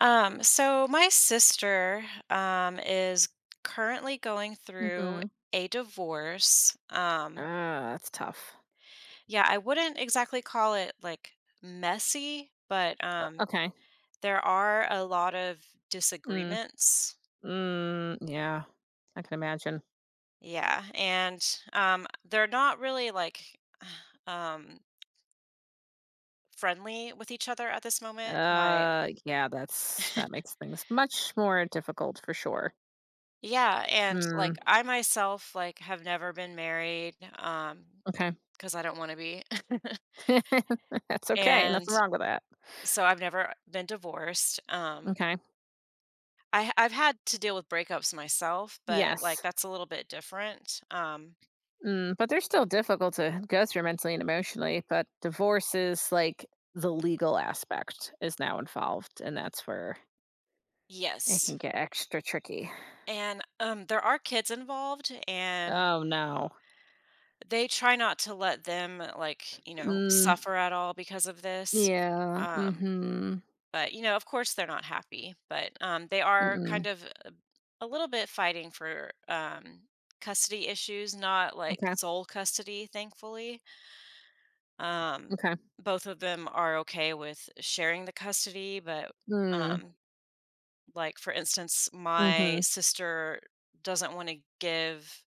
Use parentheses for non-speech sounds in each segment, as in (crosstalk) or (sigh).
So my sister is currently going through Mhm. a divorce. Um, Ah, that's tough. yeah, I wouldn't exactly call it like messy, but Okay. there are a lot of Mm. disagreements. Mm, yeah. I can imagine. Yeah, and they're not really like (sighs) um friendly with each other at this moment. My Yeah, that (laughs) makes things much more difficult for sure. yeah, and like Mm, I myself like have never been married okay. because I don't want to be. (laughs) (laughs) That's okay. And Nothing wrong with that. so I've never been divorced. Um, Okay. I I've had to deal with breakups myself, but like Yes. that's a little bit different. Mm, but they're still difficult to go through mentally and emotionally, but divorce is like the legal aspect is now involved and that's where it can Yes. get extra tricky. And there are kids involved and Oh no. they try not to let them like, Mm, suffer at all because of this. yeah. Mm. Um, Mhm. but of course they're not happy, but they are kind Mm-mm. of a little bit fighting for custody issues, not like Okay. sole custody, thankfully. Um, Okay. both of them are okay with sharing the custody, but Mm. um, like for instance, my Mhm. sister doesn't want to give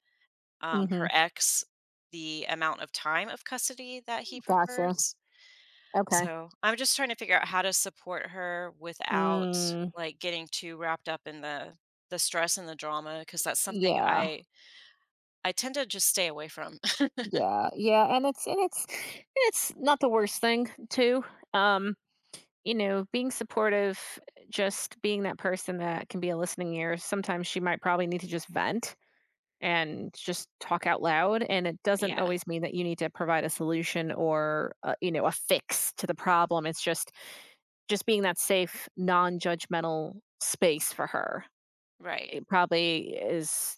Mhm. her ex the amount of time of custody that he Gotcha. prefers. Okay. So I'm just trying to figure out how to support her without Mm. like getting too wrapped up in the stress and the drama because that's something Yeah. I tend to just stay away from. Yeah. Yeah. And it's not the worst thing too. Um, you know, being supportive, just being that person that can be a listening ear. Sometimes she might probably need to just vent and just talk out loud, and it doesn't (laughs) Yeah, always mean that you need to provide a solution or you know, a fix to the problem. It's just being that safe non-judgmental space for her. right. It probably is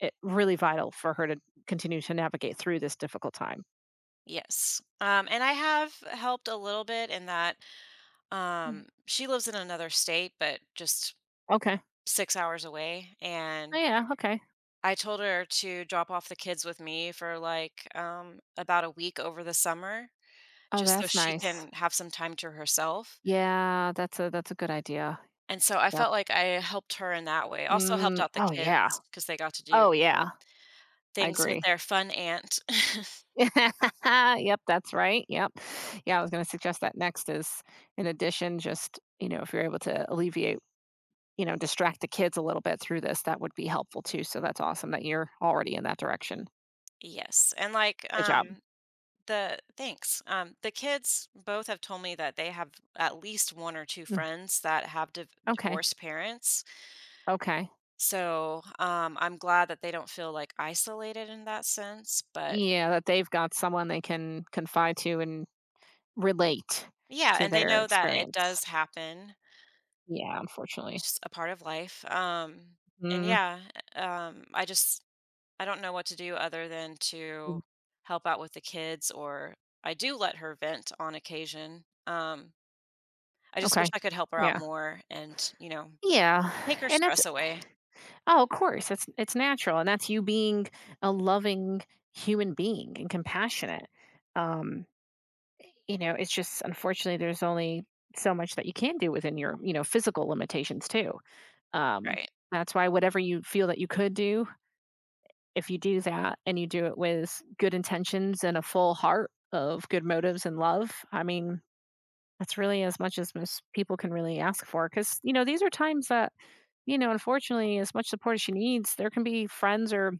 it really vital for her to continue to navigate through this difficult time. Yes. And I have helped a little bit in that. Mm. She lives in another state, but just Okay. 6 hours away, Oh, and yeah. Okay. I told her to drop off the kids with me for, like, about a week over the summer Oh, just so that's she nice. can have some time to herself, Yeah, that's a good idea. and so I Yep. felt like I helped her in that way. Also helped Mm, out the oh yeah. kids because they got to Oh do yeah. I things with agree. their fun aunt. (laughs) (laughs) Yep, that's right. Yep. Yeah, I was going to suggest that next is in addition just, you know, if you're able to alleviate, you know, distract the kids a little bit through this, that would be helpful too. So that's awesome that you're already in that direction. Yes, and, like, Good job. The kids both have told me that they have at least 1 or 2 Mm, friends that have okay. divorced parents, Okay. so, I'm glad that they don't feel, like, isolated in that sense, but Yeah, that they've got someone they can confide to and relate yeah, to and they their know that it experience. does happen. Yeah, unfortunately. Just a part of life. And Mm, yeah, I just I don't know what to do other than mm, to help out with the kids, or I do let her vent on occasion. I just wish okay. I could help her out Yeah. more and Yeah, take her and that's stress away. oh, of course, it's natural, and that's you being a loving human being and compassionate. Um, you know, it's just unfortunately there's only so much that you can do within your, you know, physical limitations too. Um, Right, that's why whatever you feel that you could do, if you do that and you do it with good intentions and a full heart of good motives and love, I mean, that's really as much as most people can really ask for. Because, you know, these are times that, you know, unfortunately, as much support as she needs, there can be friends or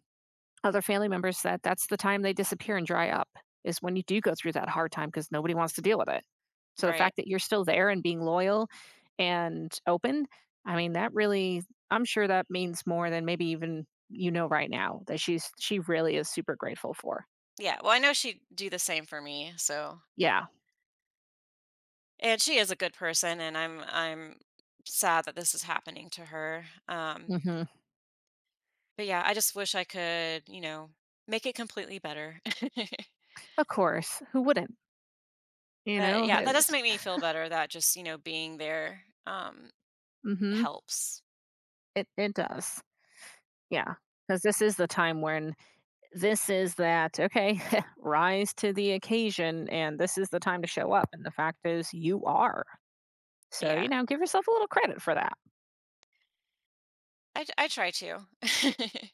other family members that that's the time they disappear and dry up is when you do go through that hard time because nobody wants to deal with it. So the right, fact that you're still there and being loyal and open, I mean, that really I'm sure that means more than maybe even you know right now that she really is super grateful for. yeah. Well, I know she'd do the same for me. So, Yeah. and she is a good person, and I'm sad that this is happening to her. Mhm. But yeah, I just wish I could make it completely better. (laughs) Of course. Who wouldn't? You But know? yeah, that It, does not make me feel better that just, being there, mhm. helps. It does. Yeah. Cuz this is the time when this is that okay, (laughs) rise to the occasion and this is the time to show up and the fact is you are. So, you Yeah, know, give yourself a little credit for that. I try to. (laughs)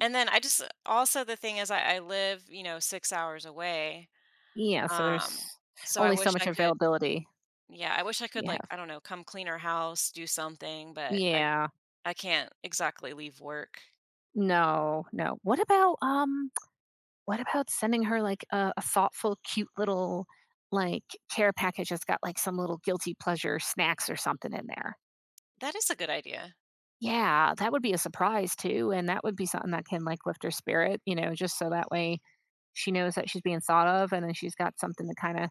And then I just also the thing is I live, 6 hours away, Yeah, so there's um, so I only so wish much I could availability yeah, I wish I could, you like, have. I don't know, come clean her house, do something, but Yeah. I can't exactly leave work. No, no. What about, (tsk) what about sending her, like, a thoughtful, cute little, like, care package that's got, like, some little guilty pleasure snacks or something in there? That is a good idea. Yeah, that would be a surprise too, and that would be something that can, like, lift her spirit, you know, just so that way she knows that she's being thought of, and then she's got something to kinda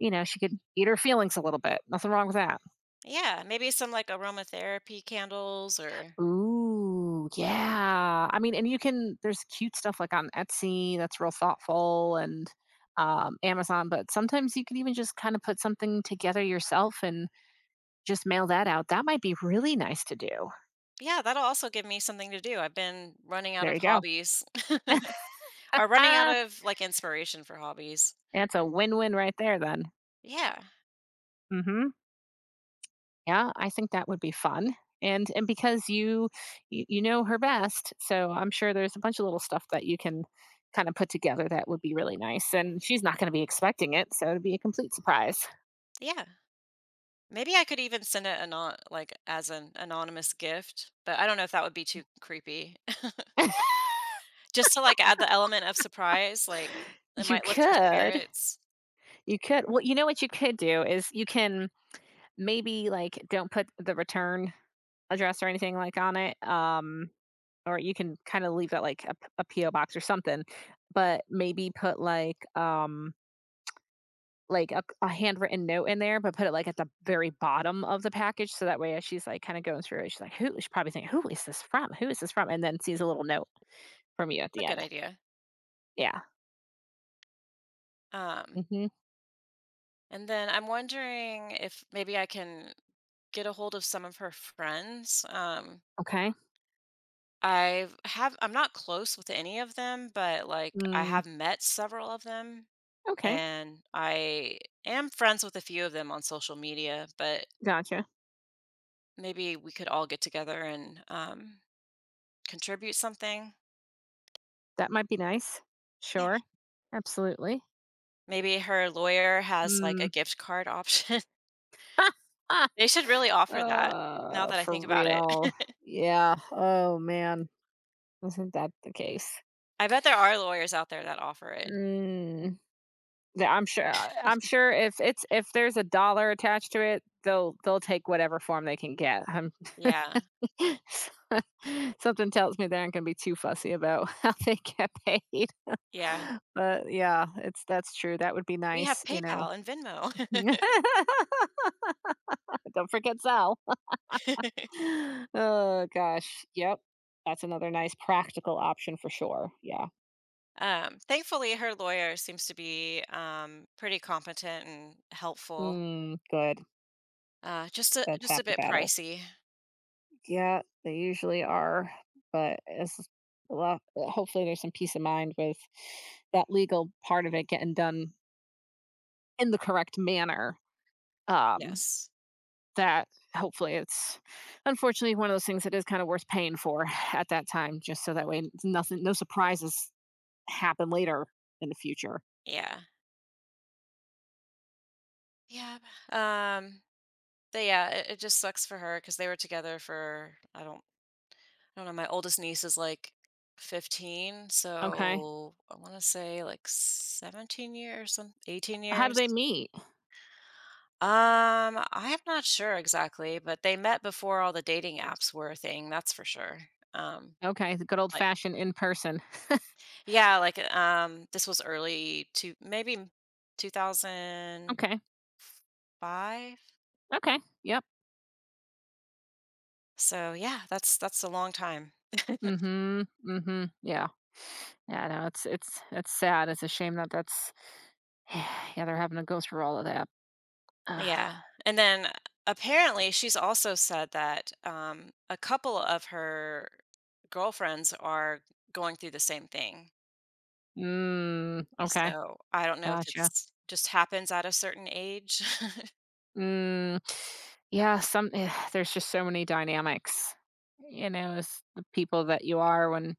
you know, she could eat her feelings a little bit. Nothing wrong with that. Yeah, maybe some, like, aromatherapy candles or Ooh, yeah. I mean, and you can there's cute stuff like on Etsy that's real thoughtful and Amazon, but sometimes you can even just kind of put something together yourself and just mail that out. That might be really nice to do. yeah, that'll also give me something to do. I've been running out There of you go. hobbies. (laughs) Or running out Ah, of, like, inspiration for hobbies. that's a win-win right there then. Yeah, Mm hmm. Yeah, I think that would be fun. And because you know her best, so I'm sure there's a bunch of little stuff that you can kind of put together that would be really nice. And she's not going to be expecting it, so it'd be a complete surprise. yeah. Maybe I could even send it anon like, as an anonymous gift, but I don't know if that would be too creepy. (laughs) (laughs) Just to, like, add the element of surprise, like, it You might lift her could, spirits. you could. Well, you know what you could do is you can maybe like don't put the return address or anything like on it. Or you can kind of leave that like a PO box or something, but maybe put like a handwritten note in there, but put it like at the very bottom of the package. So that way, as she's like kind of going through it, she's like, who, she probably think, who is this from? Who is this from? And then sees a little note from you at That's a the good end. idea. Yeah. Um, Hmm. and then I'm wondering if maybe I can get a hold of some of her friends. Okay. I'm not close with any of them, but, like, I Mm, have met several of them. okay. And I am friends with a few of them on social media, but Gotcha. maybe we could all get together and contribute something. That might be nice. Yeah. Sure. Absolutely. Maybe her lawyer has like Mm. a gift card option. (laughs) (laughs) They should really offer that now that I for think about it. real. (laughs) Yeah. Oh, man. Isn't that the case? I bet there are lawyers out there that offer it. Mm. I'm sure if it's if there's a dollar attached to it, they'll take whatever form they can get. Yeah. (laughs) Something tells me they aren't gonna be too fussy about (laughs) how they get paid. Yeah. But yeah, it's that's true. That would be We have nice, you know. PayPal and Venmo. (laughs) Don't forget Sal. (laughs) (laughs) Oh gosh. Yep. That's another nice practical option for sure. Yeah. Um, thankfully, her lawyer seems to be pretty competent and helpful. Mm, good. That's Just half a the bit battle. pricey. Yeah, they usually are, but it's a lot hopefully there's some peace of mind with that legal part of it getting done in the correct manner. Um, Yes. that hopefully it's unfortunately one of those things that is kind of worth paying for (laughs) at that time, just so that way n- nothing, no surprises happen later in the future. Yeah. Yeah. Um, but yeah, it just sucks for her because they were together for I don't know. My oldest niece is like 15, Okay. so I want to say like 17 years, some 18 How do years. they meet? I am not sure exactly, but they met before all the dating apps were a thing. That's for sure. Um, Okay. The good old like fashioned in person. yeah, like this was early to maybe 2005. Okay. Okay. Yep. So yeah, that's a long time. Mhm, mhm, yeah. Yeah, no, it's sad, it's a shame that that's (sighs) yeah, they're having to go through all of that. (sighs) Ugh. Yeah, and then apparently she's also said that, a couple of her girlfriends are going through the same thing, Mm, okay, so I don't know if gotcha. it's just happens at a certain age. (laughs) Mm, yeah, some (sighs) there's just so many dynamics, you know, as the people that you are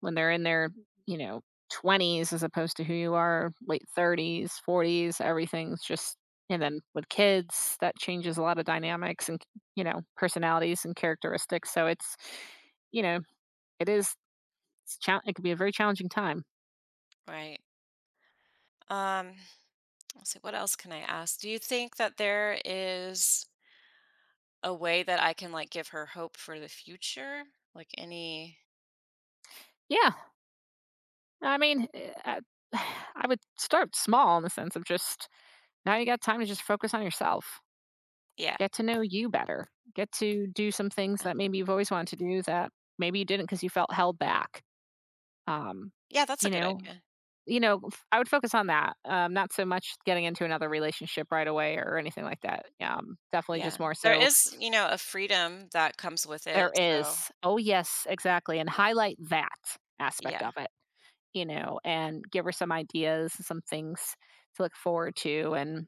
when they're in their, you know, 20s as opposed to who you are late 30s, 40s, everything's just and then with kids, that changes a lot of dynamics and, you know, personalities and characteristics. So it's, you know, it is, it's chal it could be a very challenging time. Right. Um, let's see, what else can I ask? Do you think that there is a way that I can, like, give her hope for the future? Like, any. Yeah. I mean, eh, I (sighs) I would start small in the sense of just now you got time to just focus on yourself. Yeah. Get to know you better. Get to do some things that maybe you've always wanted to do that maybe you didn't because you felt held back. Um, Yeah, that's you a good know, idea. you know, f- I would focus on that. Not so much getting into another relationship right away or anything like that. Yeah, definitely Yeah. just more There so is, you know, a freedom that comes with it, there is. so Oh yes, exactly, and highlight that aspect of yeah. it. You know, and give her some ideas, some things to look forward to, and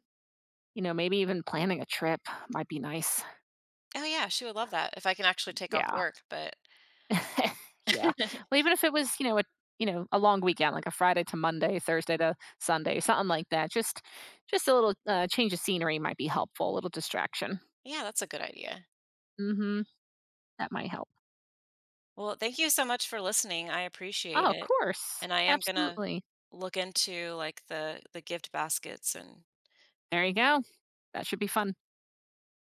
you know, maybe even planning a trip might be nice. Oh, yeah, she would love that if I can actually take off Yeah. work, but (laughs) Yeah. Well, (laughs) even if it was, you know, a long weekend, like a Friday to Monday, Thursday to Sunday, something like that. Just a little change of scenery might be helpful, a little distraction. yeah, that's a good idea. Mhm. That might help. Well, thank you so much for listening. I Oh, appreciate of it. course. And I am gonna Absolutely. look into like the gift baskets and There you go. That should be fun.